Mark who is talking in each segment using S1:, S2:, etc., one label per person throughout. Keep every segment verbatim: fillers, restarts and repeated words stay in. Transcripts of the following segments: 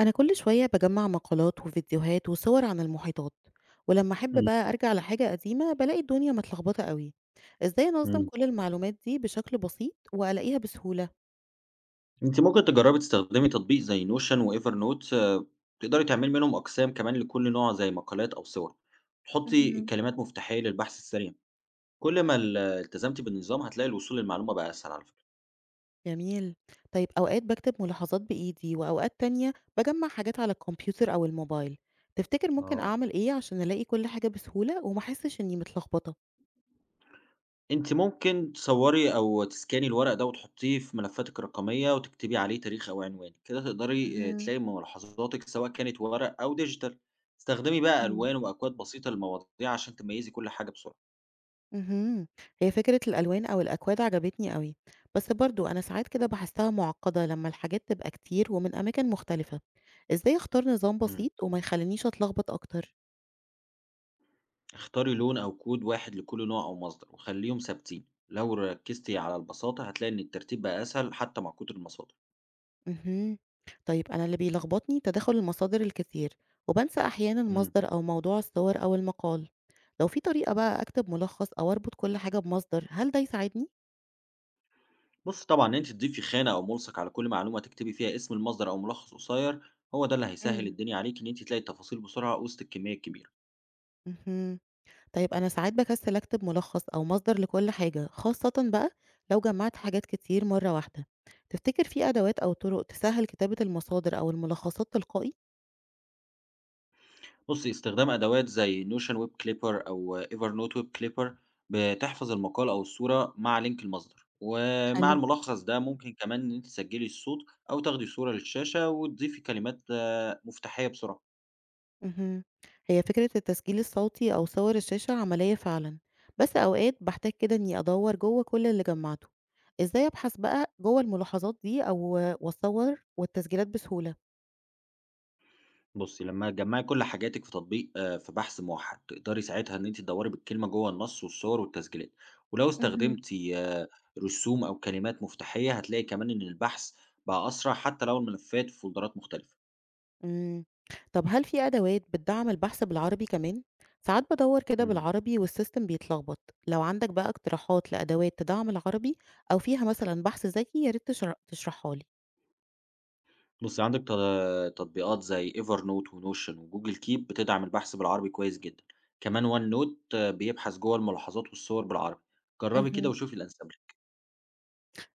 S1: أنا كل شوية بجمع مقالات وفيديوهات وصور عن المحيطات، ولما أحب
S2: إمم،
S1: بقى أرجع لحاجة قديمة بلاقي الدنيا متلخبطة قوي. إزاي أنظم
S2: إمم.
S1: كل المعلومات دي بشكل بسيط وألاقيها بسهولة؟
S2: أنتِ ممكن تجرّبي تستخدمي تطبيق زي notion وevernote. تقدري تعملي منهم أقسام كمان لكل نوع زي مقالات أو صور، تحطي
S1: مهم.
S2: كلمات مفتاحية للبحث السريع، كل ما ال التزمتِ بالنظام هتلاقي الوصول للمعلومة بقى أسهل على فكرة.
S1: جميل. طيب أوقات بكتب ملاحظات بإيدي وأوقات تانية بجمع حاجات على الكمبيوتر أو الموبايل. تفتكر ممكن
S2: آه.
S1: أعمل إيه عشان ألاقي كل حاجة بسهولة ومحسش إني متلخبطة؟
S2: أنتِ ممكن تصوري أو تسكاني الورق ده وتحطيه في ملفاتِك الرقمية وتكتبي عليه تاريخ أو عنوان، كده تقدري آآ تلاقي ملاحظاتِك سواء كانت ورق أو digital. استخدمي بقى
S1: مهم.
S2: ألوان وأكواد بسيطة للمواضيع عشان تميّزي كل حاجة بسرعة.
S1: اهم. هي فكرة الألوان أو الأكواد عجبتني أوي، بس برضه أنا ساعات كده باحسها معقدة لما الحاجات تبقى كتير ومن أماكن مختلفة، إزاي أختار نظام
S2: إمم.
S1: بسيط وما يخلينيش أتلخبط أكتر؟
S2: اختاري لون أو كود واحد لكل نوع أو مصدر وخليهم ثابتين، لو ركزتي على البساطة هتلاقي إن الترتيب بقى أسهل حتى مع كتر المصادر.
S1: اهم. طيب أنا اللي بيلخبطني تداخل المصادر الكتير، وبانسى أحيانًا
S2: مم.
S1: مصدر أو موضوع الصور أو المقال، لو في طريقة بقى أكتب ملخص أو أربط كل حاجة بمصدر هل ده يساعدني؟
S2: بص طبعا إن أنت تضيفي خانة أو ملصق على كل معلومة تكتبي فيها اسم المصدر أو ملخص قصير، هو ده اللي هيسهل
S1: امم.
S2: الدنيا عليك إن أنت تلاقي التفاصيل بسرعة وسط الكمية الكبيرة.
S1: اهم. طيب أنا ساعات بكسل أكتب ملخص أو مصدر لكل حاجة خاصة بقى لو جمعت حاجات كتير مرة واحدة. تفتكر في أدوات أو طرق تسهل كتابة المصادر أو الملخصات تلقائي؟
S2: بُصّي، استخدام أدوات زي notion web clipper أو evernote web clipper بتحفظ المقال أو الصورة مع لينك المصدر، ومع
S1: حلو.
S2: الملخص ده ممكن كمان إن أنتِ تسجّلي الصوت أو تاخدي صورة للشاشة وتضيفي كلمات آه، مفتاحية بسرعة.
S1: مهم. هي فكرة التسجيل الصوتي أو صور الشاشة عملية فعلا، بس أوقات بحتاج كده إني أدور جوه كل اللي جمعته. إزاي أبحث بقى جوه الملاحظات دي أو وأصور والتسجيلات بسهولة؟
S2: بُصّي، لمّا تجمّعي كل حاجاتِك في تطبيق آه، في بحث موحّد، تقدري ساعتها إن أنتِ تدوّري بالكلمة جوّه النص والصور والتسجيلات، ولو
S1: مهم.
S2: استخدمتِ رسوم أو كلمات مفتاحية هتلاقي كمان إن البحث بقى أسرع حتى لو الملفات في فولدرات مختلفة.
S1: إمم. طب هل في أدوات بتدعّم البحث بالعربي كمان؟ ساعات بادوّر كده
S2: إمم.
S1: بالعربي والسيستم بيتلخبط، لو عندك بقى اقتراحات لأدوات تدعّم العربي أو فيها مثلًا بحث ذكي يا ريت تشر تشرحها لي.
S2: بُصّي، عندِك ت تطبيقات زي evernote وnotion وgoogle keep بتدعم البحث بالعربي كويس جدًا، كمان onenote بيبحث جوّه الملاحظات والصور بالعربي، جرّبي كده
S1: اهم.
S2: وشوفي الأنسب لِك.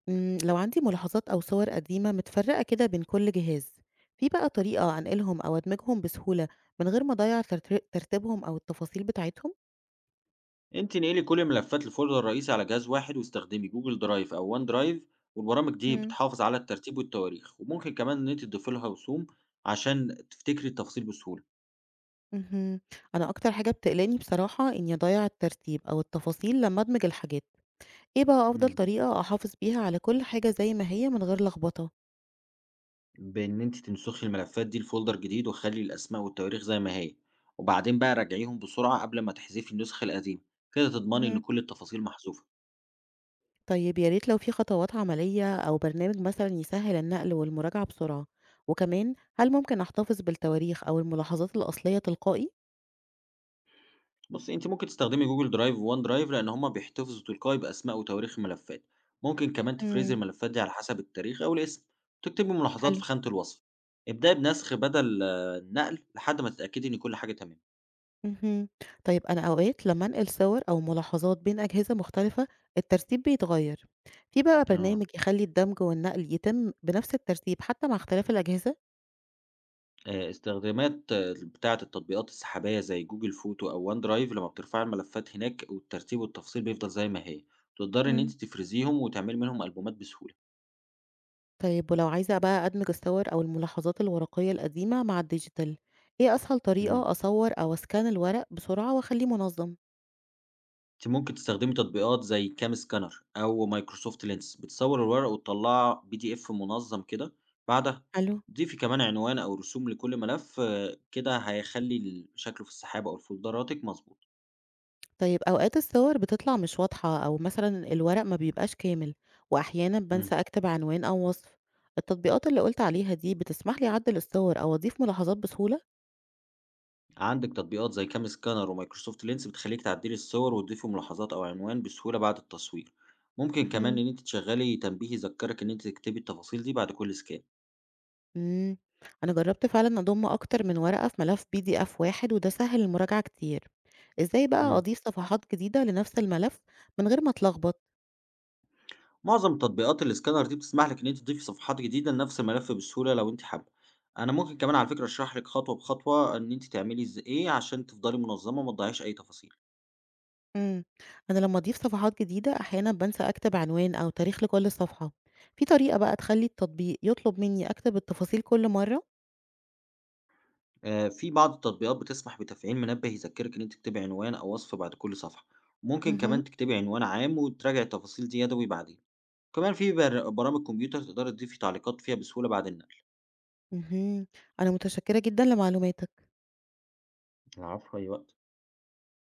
S1: إمم، لو عندي ملاحظات أو صور قديمة متفرّقة كده بين كل جهاز، في بقى طريقة أنقلهم أو أدمجهم بسهولة من غير ما أضيّع ترت ترتيبهم أو التفاصيل بتاعتهم؟
S2: أنتِ انقلي كل الملفات لfolder رئيسي على جهاز واحد واستخدمي google drive أو onedrive، والبرامج دي
S1: إمم.
S2: بتحافظ على الترتيب والتواريخ، وممكن كمان إن أنتِ تضيفي لها رسوم عشان تفتكري التفاصيل بسهولة.
S1: اهم. أنا أكتر حاجة بتقلقني بصراحة إني أضيّع الترتيب أو التفاصيل لمّا أدمج الحاجات. إيه بقى أفضل
S2: إمم.
S1: طريقة أحافظ بيها على كل حاجة زي ما هي من غير لخبطة؟
S2: بإن أنتِ تنسخي الملفات دي لfolder جديد، وخلّي الأسماء والتواريخ زي ما هي، وبعدين بقى راجعيهم بسرعة قبل ما تحذفي النسخ القديمة، كده تضمني إن
S1: مهم.
S2: كل التفاصيل محذوفة.
S1: طيب يا ريت لو في خطوات عملية أو برنامج مثلا يسهل النقل والمراجعة بسرعة، وكمان هل ممكن أحتفظ بالتواريخ أو الملاحظات الأصلية تلقائي؟
S2: بُصّي، أنتِ ممكن تستخدمي Google Drive وOneDrive لإن هُم بيحتفظوا تلقائي بأسماء وتواريخ الملفات. ممكن كمان تفرزي
S1: مم.
S2: الملفات دي على حسب التاريخ أو الاسم، وتكتبي ملاحظات
S1: حلو.
S2: في خانة الوصف. ابدئي بنسخ بدل آه، النقل لحد ما تتأكدي إن كل حاجة تمام.
S1: مهم. طيب أنا أوقات لما أنقل صور أو ملاحظات بين أجهزة مختلفة الترتيب بيتغير، في بقى برنامج
S2: آه.
S1: يخلي الدمج والنقل يتم بنفس الترتيب حتى مع اختلاف الأجهزة؟
S2: آآ استخدامات آه، بتاعة التطبيقات السحابية زي جوجل فوتو أو OneDrive، لمّا بترفعي الملفات هناك والترتيب والتفصيل بيفضل زي ما هي، تقدري إن أنتِ تفرزيهم وتعملي منهم ألبومات بسهولة.
S1: طيب ولو عايزة بقى أدمج الصور أو الملاحظات الورقية القديمة مع الديجيتال، إيه أسهل
S2: إمم.
S1: طريقة أصور أو أسكان الورق بسرعة وأخليه منظم؟
S2: أنتِ ممكن تستخدمي تطبيقات زي Cam Scanner أو Microsoft Lens بتصور الورق وتطلّع بي دي إف منظم كده، بعدها
S1: حلو.
S2: ضيفي كمان عنوان أو رسوم لكل ملف آه، كده هيخلّي ال شكله في السحاب أو في فولدراتِك مضبوط.
S1: طيب أوقات الصور بتطلع مش واضحة أو مثلا الورق ما بيبقاش كامل، وأحيانا
S2: إمم.
S1: بنسى أكتب عنوان أو وصف. التطبيقات اللي قلت عليها دي بتسمح لي أعدل الصور أو أضيف ملاحظات بسهولة؟
S2: عندك تطبيقات زي كام سكانر ومايكروسوفت لينس بتخليك تعدلي الصور وتضيفي ملاحظات أو عنوان بسهولة بعد التصوير. ممكن كمان
S1: مهم.
S2: إن أنت تشغلي تنبيه يذكرك إن أنت تكتبي التفاصيل دي بعد كل سكان.
S1: إمم. أنا جرّبت فعلًا أضُم أكتر من ورقة في ملف بي دي إف واحد وده سهّل المراجعة كتير. إزاي بقى
S2: امم
S1: أضيف صفحات جديدة لنفس الملف من غير ما أتلخبط؟
S2: معظم تطبيقات السكانر دي بتسمح لك إن أنت تضيفي صفحات جديدة لنفس الملف بسهولة لو أنت حابة. أنا ممكن كمان على فكرة أشرح لك خطوة بخطوة إن أنت تعملي إز- إيه عشان تفضلي منظمة وما تضيعيش أي تفاصيل.
S1: إمم. أنا لمّا أضيف صفحات جديدة أحيانًا بانسى أكتب عنوان أو تاريخ لكل صفحة. في طريقة بقى تخلّي التطبيق يطلب منّي أكتب التفاصيل كل مرّة؟
S2: آه، في بعض التطبيقات بتسمح بتفعيل منبه يذكرك إن أنت تكتبي عنوان أو وصف بعد كل صفحة.
S1: اهم.
S2: ممكن
S1: اهم.
S2: كمان تكتبي عنوان عام وتراجعي التفاصيل دي يدوي بعدين، وكمان في بر برامج كمبيوتر تقدري تضيفي تعليقات فيها بسهولة بعد النقل.
S1: اهم. أنا متشكّرة جدًا لمعلوماتك.
S2: العفو، أي وقت.